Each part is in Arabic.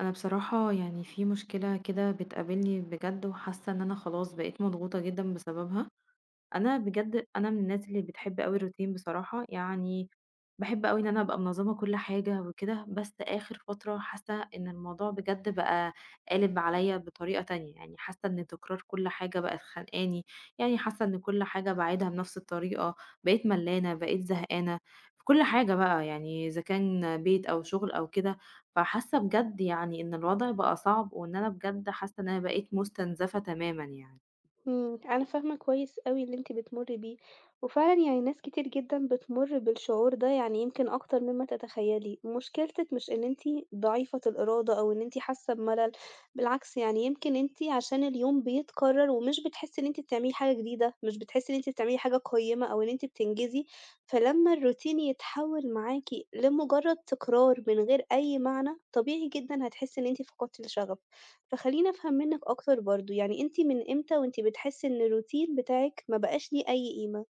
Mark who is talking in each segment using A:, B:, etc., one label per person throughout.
A: انا بصراحة يعني في مشكلة كده بتقابلني بجد وحاسة ان انا خلاص بقيت مضغوطة جدا بسببها أنا بجد أنا من الناس اللي بتحب أوي الروتين بصراحة، يعني باحب أوي إن أنا أبقى منظّمة كل حاجة وكده، بس آخر فترة حاسة إن الموضوع بجد بقى قالب عليّا بطريقة تانية، يعني حاسة إن تكرار كل حاجة بقت خانقاني، يعني حاسة إن كل حاجة باعيدها بنفس الطريقة، بقيت ملّانة، بقيت زهقانة، في كل حاجة بقى يعني إذا كان بيت أو شغل أو كده، فحاسة بجد يعني إن الوضع بقى صعب وإن أنا بجد حاسة إن أنا بقيت مستنزفة تمامًا يعني.
B: أنا فاهمة كويس أوي اللي أنتِ بتمُرّي بيه، وفعلًا يعني ناس كتير جدًا بتمُر بالشعور ده يعني يمكن أكتر مما تتخيّلي، مشكلتِك مش إن أنتِ ضعيفة الإرادة أو إن أنتِ حاسة بملل، بالعكس يعني يمكن أنتِ عشان اليوم بيتكرر ومش بتحسي إن أنتِ بتعملي حاجة جديدة، مش بتحسي إن أنتِ بتعملي حاجة قيّمة أو إن أنتِ بتنجزي، فلمّا الروتين يتحوّل معاكِ لمجرد تكرار من غير أي معنى، طبيعي جدًا هتحسي إن أنتِ فقدتِ الشغف. فخلّيني أفهم منِّك أكتر برضه، يعني أنتِ من إمتى وأنتِ بتحسّي إن الروتين بتاعِك ما بقاش ليه أي قيمة؟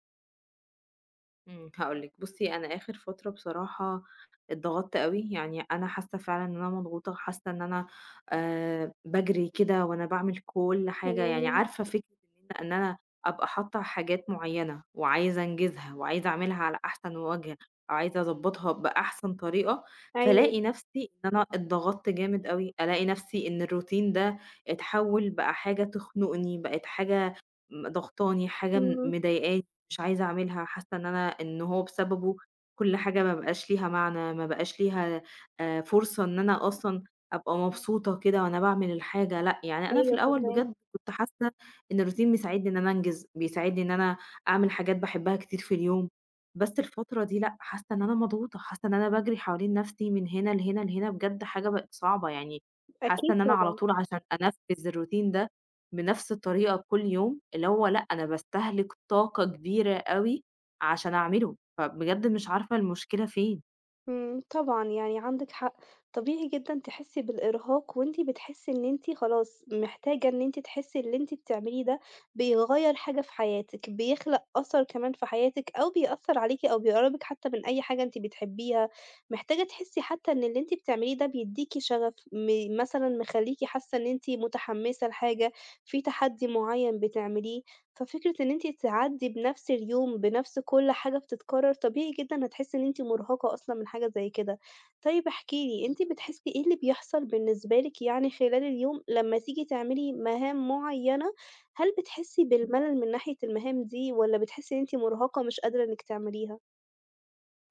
A: إمم، هاقول لِك بُصّي، أنا آخر فترة بصراحة اتضغطت أوي، يعني أنا حاسة فعلًا إن أنا مضغوطة، حاسة إن أنا باجري كده وأنا باعمل كل حاجة، يعني
B: تمام.
A: عارفة فكرة إن أنا أبقى حاطة حاجات معيّنة وعايزة أنجزها وعايزة أعملها على أحسن وجه أو عايزة أضبّطها بأحسن طريقة،
B: أيوه،
A: فالاقي نفسي إن أنا اتضغطت جامد أوي، ألاقي نفسي إن الروتين ده اتحوّل بقى حاجة تخنقني، بقت حاجة ضاغطاني، حاجة
B: إمم،
A: مضايقاني، مش عايزة أعملها، حاسة إن هو بسببه كل حاجة ما بقاش ليها معنى، ما بقاش ليها فرصة إن أنا أصلًا أبقى مبسوطة كده وأنا باعمل الحاجة، لأ، يعني أنا في
B: أيوه
A: الأول
B: فاهماكِ.
A: بجد كنت حاسة إن الروتين بيساعدني إن أنا أنجز، بيساعدني إن أنا أعمل حاجات باحبها كتير في اليوم، بس الفترة دي لأ، حاسة إن أنا مضغوطة، حاسة إن أنا باجري حوالين نفسي من هنا لهنا لهنا، بجد حاجة بقت صعبة، يعني حاسة
B: أكيد
A: إن أنا على
B: طبعًا.
A: طول عشان أنفذ الروتين ده بنفس الطريقة كل يوم، اللي هو لأ أنا باستهلك طاقة كبيرة أوي عشان أعمله، فبجد مش عارفة المشكلة فين.
B: إمم، طبعًا يعني عندِك حق، طبيعي جدًا تحسّي بالإرهاق وأنتِ بتحسّي إن أنتِ خلاص محتاجة إن أنتِ تحسّي اللي أنتِ بتعمليه ده بيغيّر حاجة في حياتِك، بيخلق أثر كمان في حياتِك أو بيأثّر عليكِ أو بيقرّبِك حتى من أي حاجة أنتِ بتحبيها، محتاجة تحسّي حتى إن اللي أنتِ بتعمليه ده بيدّيكِ شغف، مثلًا مخلّيكِ حاسة إن أنتِ متحمسة لحاجة، في تحدي معيّن بتعمليه. ففكرة إن أنتِ تعدّي بنفس اليوم، بنفس كل حاجة بتتكرر، طبيعي جدًا هتحسّي إن أنتِ مرهقة أصلًا من حاجة زي كده. طيب احكِ لي، أنتِ
A: بالضبط،
B: بتحسّي إيه اللي بيحصل بالنسبة لِك يعني خلال اليوم لمّا تيجي تعملي مهام معيّنة، هل بتحسّي
A: إمم.
B: بالملل من ناحية المهام دي والّا بتحسّي إن أنتِ مرهقة مش قادرة إنِّك تعمليها؟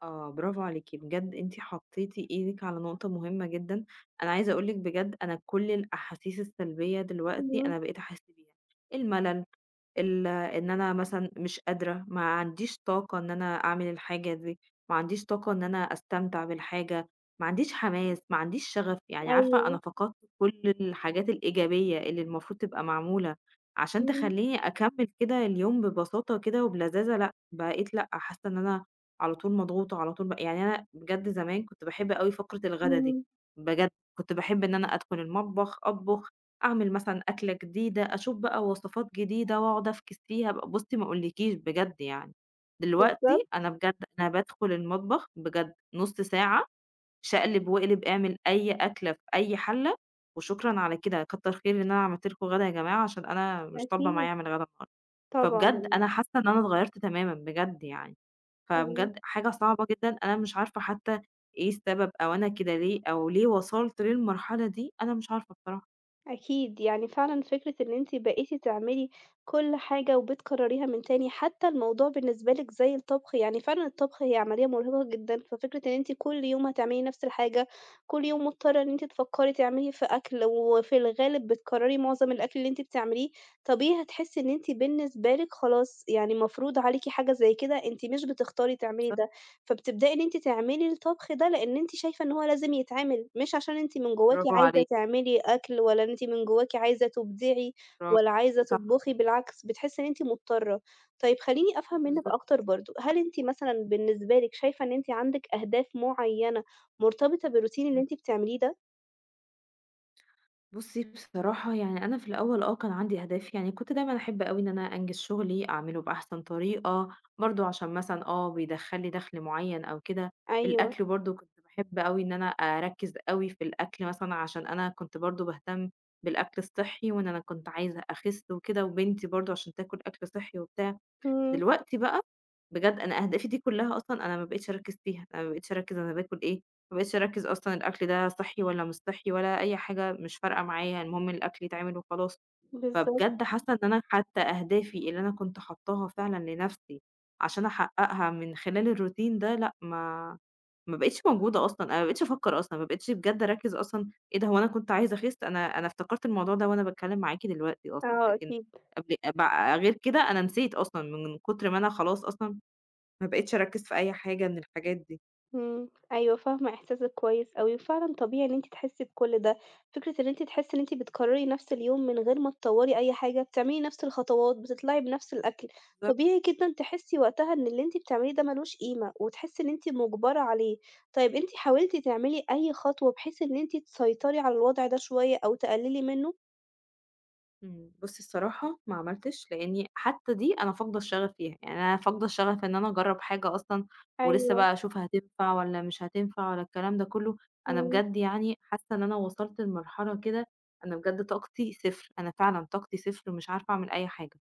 A: آه، برافو عليكِ، بجد أنتِ حطيتِ إيدِك على نقطة مهمة جدًا، أنا عايزة أقول لِك بجد أنا كل الأحاسيس السلبية دلوقتي
B: اهم،
A: أنا بقيت أحس بيها، الملل إن أنا مثلًا مش قادرة، ما عنديش طاقة إن أنا أعمل الحاجة دي، ما عنديش طاقة إن أنا أستمتع بالحاجة، ما عنديش حماس، ما عنديش شغف، يعني عارفة
B: أيوه،
A: أنا فقدت كل الحاجات الإيجابية اللي المفروض تبقى معمولة عشان
B: إمم،
A: تخلّيني أكمّل كده اليوم ببساطة كده وبلذاذة، لأ، بقيت لأ، حاسة إن أنا على طول مضغوطة، على طول يعني أنا بجد زمان كنت باحب أوي فقرة الغدا دي،
B: إمم،
A: بجد كنت باحب إن أنا أدخل المطبخ، أطبخ، أعمل مثلًا أكلة جديدة، أشوف بقى وصفات جديدة وأقعد أفكِس فيها بقى، بُصّي ما أقولكيش بجد يعني، دلوقتي
B: بالضبط،
A: أنا بجد أنا بادخل المطبخ بجد نُص ساعة شقلب واقلب، اعمل أي أكلة في أي حلة وشكرًا على كده، كتّر خير إن أنا عملت لكم غدا يا جماعة عشان أنا مش طالبة معايا
B: أكيد،
A: أعمل غدا النهارده، فبجد
B: طبعًا،
A: أنا حاسة إن أنا اتغيّرت تمامًا بجد يعني،
B: إمم.
A: فبجد حاجة صعبة جدًا، أنا مش عارفة حتى إيه السبب أو أنا كده ليه أو ليه وصلت للمرحلة دي، أنا مش عارفة بصراحة
B: أكيد يعني فعلًا فكرة إن أنتِ بقيتِ تعملي كل حاجة وبتكرريها من تاني، حتى الموضوع بالنسبة لِك زي الطبخ، يعني فعلًا الطبخ هي عملية مرهقة جدًا، ففكرة إن أنتِ كل يوم هتعملي نفس الحاجة، كل يوم مضطرة إن أنتِ تفكري تعملي في أكل، وفي الغالب بتكرري معظم الأكل اللي أنتِ بتعمليه، طبيعي هتحسي إن أنتِ بالنسبة لِك خلاص يعني مفروض عليكِ حاجة زي كده، أنتِ مش بتختاري تعملي
A: بالضبط،
B: ده. فبتبدئي إن أنتِ تعملي الطبخ ده لإن أنتِ شايفة إن هو لازم يتعمل، مش عشان أنتِ من جواكِ
A: برافو
B: عايزة
A: عليكِ.
B: تعملي أكل ولا أنتِ من جواكِ عايزة تبدعي ولا
A: برافو.
B: عايزة
A: صح،
B: تطبخي، بالعكس بتحسي إن أنتِ مضطرة. طيب خلّيني أفهم منِّك
A: بالضبط.
B: أكتر برضه، هل أنتِ مثلًا بالنسبة لِك شايفة إن أنتِ عندِك أهداف معيّنة مرتبطة بالroutine اللي
A: إمم.
B: أنتِ بتعمليه ده؟
A: بُصّي بصراحة يعني أنا في الأول آه، كان عندي أهداف، يعني كنت دايمًا أحب أوي إن أنا أنجز شغلي، أعمله بأحسن طريقة، برضه عشان مثلًا آه، بيدخّل لي دخل معيّن أو كده،
B: أيوه،
A: الأكل برضه كنت باحب أوي إن أنا أركّز أوي في الأكل مثلًا عشان أنا كنت برضه باهتم بالأكل الصحّي، وإن أنا كنت عايزة أخِس وكده، وبنتي برضه عشان تاكل أكل صحّي وبتاع.
B: إمم،
A: دلوقتي بقى بجد أنا أهدافي دي كلّها أصلًا أنا ما بقيتش أركّز فيها، أنا ما بقيتش أركّز أنا باكل إيه، ما بقيتش أركّز أصلًا الأكل ده صحّي والّا مش صحّي ولا أي حاجة مش فارقة معايا، المهم الأكل يتعمل وخلاص.
B: بالضبط،
A: فبجد حاسة إن أنا حتى أهدافي اللي أنا كنت حاطاها فعلًا لنفسي عشان أحققها من خلال الروتين ده لأ، ما بقيتش موجودة أصلًا، أنا ما بقيتش أفكر أصلًا، ما بقيتش بجد أركّز أصلًا إيه ده هو أنا كنت عايزة أخس، أنا افتكرت الموضوع ده وأنا باتكلم معاكِ دلوقتي أصلًا،
B: آه
A: لكن
B: أكيد.
A: قبل غير كده أنا نسيت أصلًا من كتر ما أنا خلاص أصلًا ما بقيتش أركّز في أي حاجة من الحاجات دي.
B: إمم، أيوه فاهمة إحساسِك كويس أوي، وفعلًا طبيعي إن أنتِ تحسّي بكل ده، فكرة إن أنتِ تحسّي إن أنتِ بتكرّري نفس اليوم من غير ما تطوّري أي حاجة، بتعملي نفس الخطوات، بتطلعي بنفس الأكل،
A: بالضبط.
B: طبيعي جدًا تحسّي وقتها إن اللي أنتِ بتعمليه ده ما لوش قيمة، وتحسّي إن أنتِ مُجبرة عليه. طيب أنتِ حاولتِ تعملي أي خطوة بحيث إن أنتِ تسيطري على الوضع ده شوية أو تقللي منه؟
A: إمم، بُصّي الصراحة ما عملتش، لإني حتى دي أنا فاقدة الشغف فيها، يعني أنا فاقدة الشغف إن أنا أجرّب حاجة أصلًا ولسه
B: أيوه،
A: بقى أشوف هتنفع والّا مش هتنفع والّا الكلام ده كلّه، أنا
B: إمم.
A: بجد يعني حاسة إن أنا وصلت لمرحلة كده أنا بجد طاقتي صفر، أنا فعلًا طاقتي صفر ومش عارفة أعمل أي حاجة.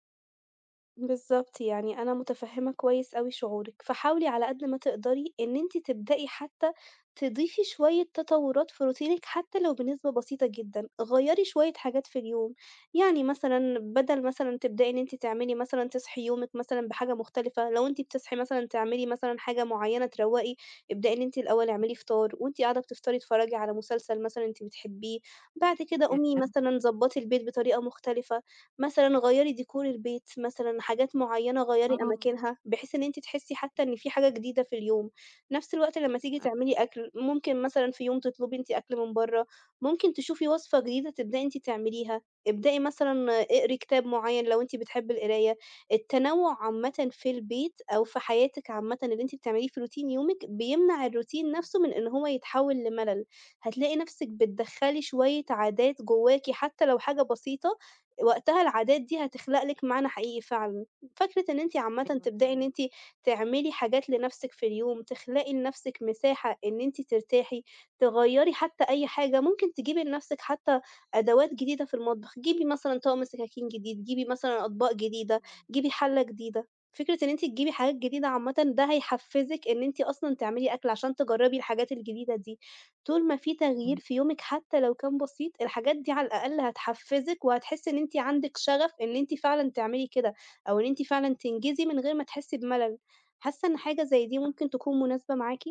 B: بالضبط، يعني أنا متفهّمة كويس أوي شعورِك، فحاولي على قد ما تقدري إن أنتِ تبدئي حتى تضيفي شوية تطوّرات في روتينِك حتى لو بنسبة بسيطة جدًا، غيّري شوية حاجات في اليوم، يعني مثلًا بدل مثلًا تبدئي إن أنتِ تعملي مثلًا تصحي يومِك مثلًا بحاجة مختلفة، لو أنتِ بتصحي مثلًا تعملي مثلًا حاجة معيّنة تروّقي، ابدئي إن أنتِ الأول اعملي فطار وأنتِ قاعدة بتفطري اتفرّجي على مسلسل مثلًا أنتِ بتحبيه، بعد كده
A: ياه!
B: قومي
A: إمم.
B: مثلًا ضبّطي البيت بطريقة مختلفة. مثلًا غيّري ديكور البيت، مثلًا حاجات معيّنة غيّري
A: آه،
B: أماكنها، بحيث إن أنتِ تحسّي حتى
A: إمم،
B: إن في حاجة جديدة في اليوم. نفس الوقت لمّا تيجي
A: أيوه،
B: تعملي أكل، ممكن مثلًا في يوم تطلبي أنتِ أكل من برّه، ممكن تشوفي وصفة جديدة تبدئي أنتِ تعمليها، ابدئي مثلًا اقري كتاب معيّن لو أنتِ بتحبّي القراية. التنوُّع عامةً في البيت أو في حياتِك عامةً اللي أنتِ بتعمليه في روتين يومِك، بيمنع الروتين
A: إمم،
B: نفسه من إن هو يتحوّل لمَلَل. هتلاقي نفسِك بتدخّلي شوية عادات جواكِ حتى لو حاجة بسيطة، وقتها العادات دي هتخلق لِك معنى حقيقي فعلًا. فكرة إن أنتِ عامةً
A: أيوه
B: تبدئي إن
A: فاهماكِ،
B: أنتِ تعملي حاجات لنفسِك في اليوم، تخلقي لنفسِك مساحة إن أنتِ ترتاحي، تغيّري حتى أي حاجة، ممكن تجيبي لنفسِك حتى أدوات جديدة في المطبخ، جيبي مثلًا طقم سكاكين جديد، جيبي مثلًا أطباق جديدة،
A: إمم،
B: جيبي حلة جديدة. فكرة إن أنتِ تجيبي حاجات جديدة عامةً ده هيحفّزِك إن أنتِ أصلًا تعملي أكل عشان تجرّبي الحاجات الجديدة دي. طول ما في تغيير
A: إمم.
B: في يومِك حتى لو كان بسيط، الحاجات دي على الأقل هتحفّزِك وهتحسّي إن أنتِ عندِك شغف إن أنتِ فعلًا تعملي كده، أو إن أنتِ فعلًا تنجزي من غير ما تحسّي بملل. حاسة إن حاجة زي دي ممكن تكون مناسبة معاكِ؟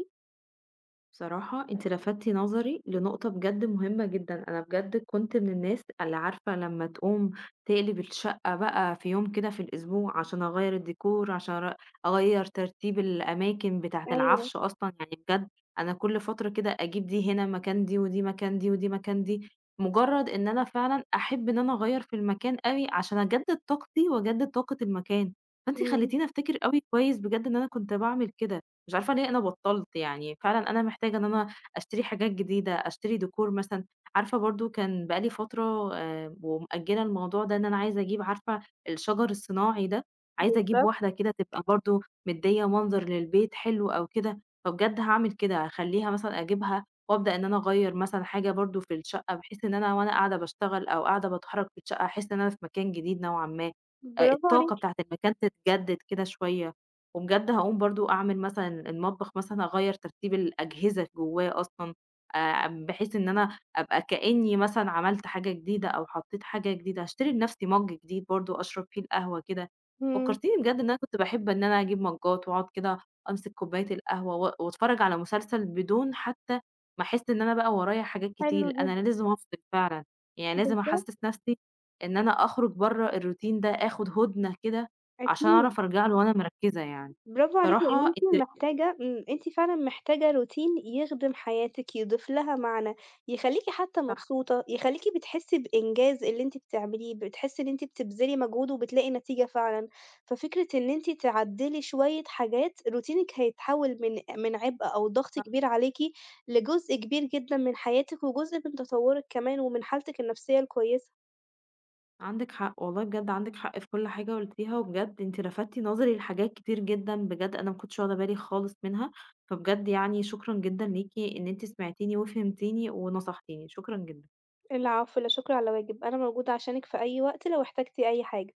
A: بصراحة انت لفتتِ نظري لنقطة بجد مهمة جدًا، أنا بجد كنت من الناس اللي عارفة لمّا تقوم تقلب الشقة بقى في يوم كده في الأسبوع عشان أغيّر الديكور، عشان أغيّر ترتيب الأماكن بتاعة
B: أيوه،
A: العفش أصلًا، يعني بجد أنا كل فترة كده أجيب دي هنا مكان دي، ودي مكان دي، ودي مكان دي، مجرد إن أنا فعلًا أحب إن أنا أغيّر في المكان أوي عشان أجدد طاقتي وأجدد طاقة المكان، فأنتِ
B: إمم،
A: خليتيني أفتكر أوي كويس بجد إن أنا كنت باعمل كده. مش عارفة ليه أنا بطّلت يعني، فعلًا أنا محتاجة إن أنا أشتري حاجات جديدة، أشتري ديكور مثلًا، عارفة برضه كان بقى لي فترة ومأجّلة الموضوع ده إن أنا عايزة أجيب عارفة الشجر الصناعي ده، عايزة أجيب
B: بالضبط،
A: واحدة كده تبقى برضه مدّية منظر للبيت حلو أو كده، فبجد هاعمل كده، هاخلّيها مثلًا أجيبها وأبدأ إن أنا أغيّر مثلًا حاجة برضه في الشقة، بحيث إن أنا وأنا قاعدة باشتغل أو قاعدة باتحرك في الشقة، أحس إن أنا في مكان جديد نوعًا ما،
B: برافو
A: الطاقة
B: عليكِ،
A: بتاعة المكان تتجدد كده شوية. وبجد هاقوم برضه أعمل مثلًا المطبخ مثلًا أغيّر ترتيب الأجهزة جوّاه أصلًا، بحيث إن أنا أبقى كإنّي مثلًا عملت حاجة جديدة أو حطّيت حاجة جديدة، هاشتري لنفْسي مَج جديد برضه أشرب فيه القهوة كده،
B: إمم،
A: فكّرتيني بجد إن أنا كنت باحب إن أنا أجيب مَجّات وأقعد كده أمسك كوباية القهوة و وأتفرّج على مسلسل بدون حتى ما أحس إن أنا بقى ورايا حاجات
B: حلو
A: كتير، أنا
B: جدًا،
A: لازم أفصل فعلًا، يعني لازم
B: بالضبط،
A: أحسّس نفْسي إن أنا أخرج برّه الroutine ده، آخُد هُدنة كده عشان
B: أكيد.
A: أعرف أرجع له وأنا مركّزة يعني.
B: برافو عليكِ، لإن
A: بصراحة
B: أنتِ
A: أنتِ
B: محتاجة أنتِ فعلًا محتاجة روتين يخدم حياتِك، يضيف لها معنى، يخلّيكِ حتى
A: صح،
B: مبسوطة، يخلّيكِ بتحسّي بإنجاز اللي أنتِ بتعمليه، بتحسّي إن أنتِ بتبذلي مجهود وبتلاقي نتيجة فعلًا، ففكرة إن أنتِ تعدّلي شوية حاجات، روتينِك هيتحوّل من عبء أو ضغط
A: صح،
B: كبير عليكِ لجزء كبير جدًا من حياتِك، وجزء من تطوّرِك كمان ومن حالتِك النفسية الكويسة.
A: عندِك حق، والله بجد عندِك حق في كل حاجة قُلتيها، وبجد أنتِ لفتِ نظري لحاجات كتير جدًا بجد أنا ما كنتش واخدة بالي خالص منها، فبجد يعني شكرًا جدًا ليكِ إن أنتِ سمعتيني وفهمتيني ونصحتيني، شكرًا جدًا.
B: العفو، لا شكر على واجب، أنا موجودة عشانِك في أي وقت لو احتجتِ أي حاجة.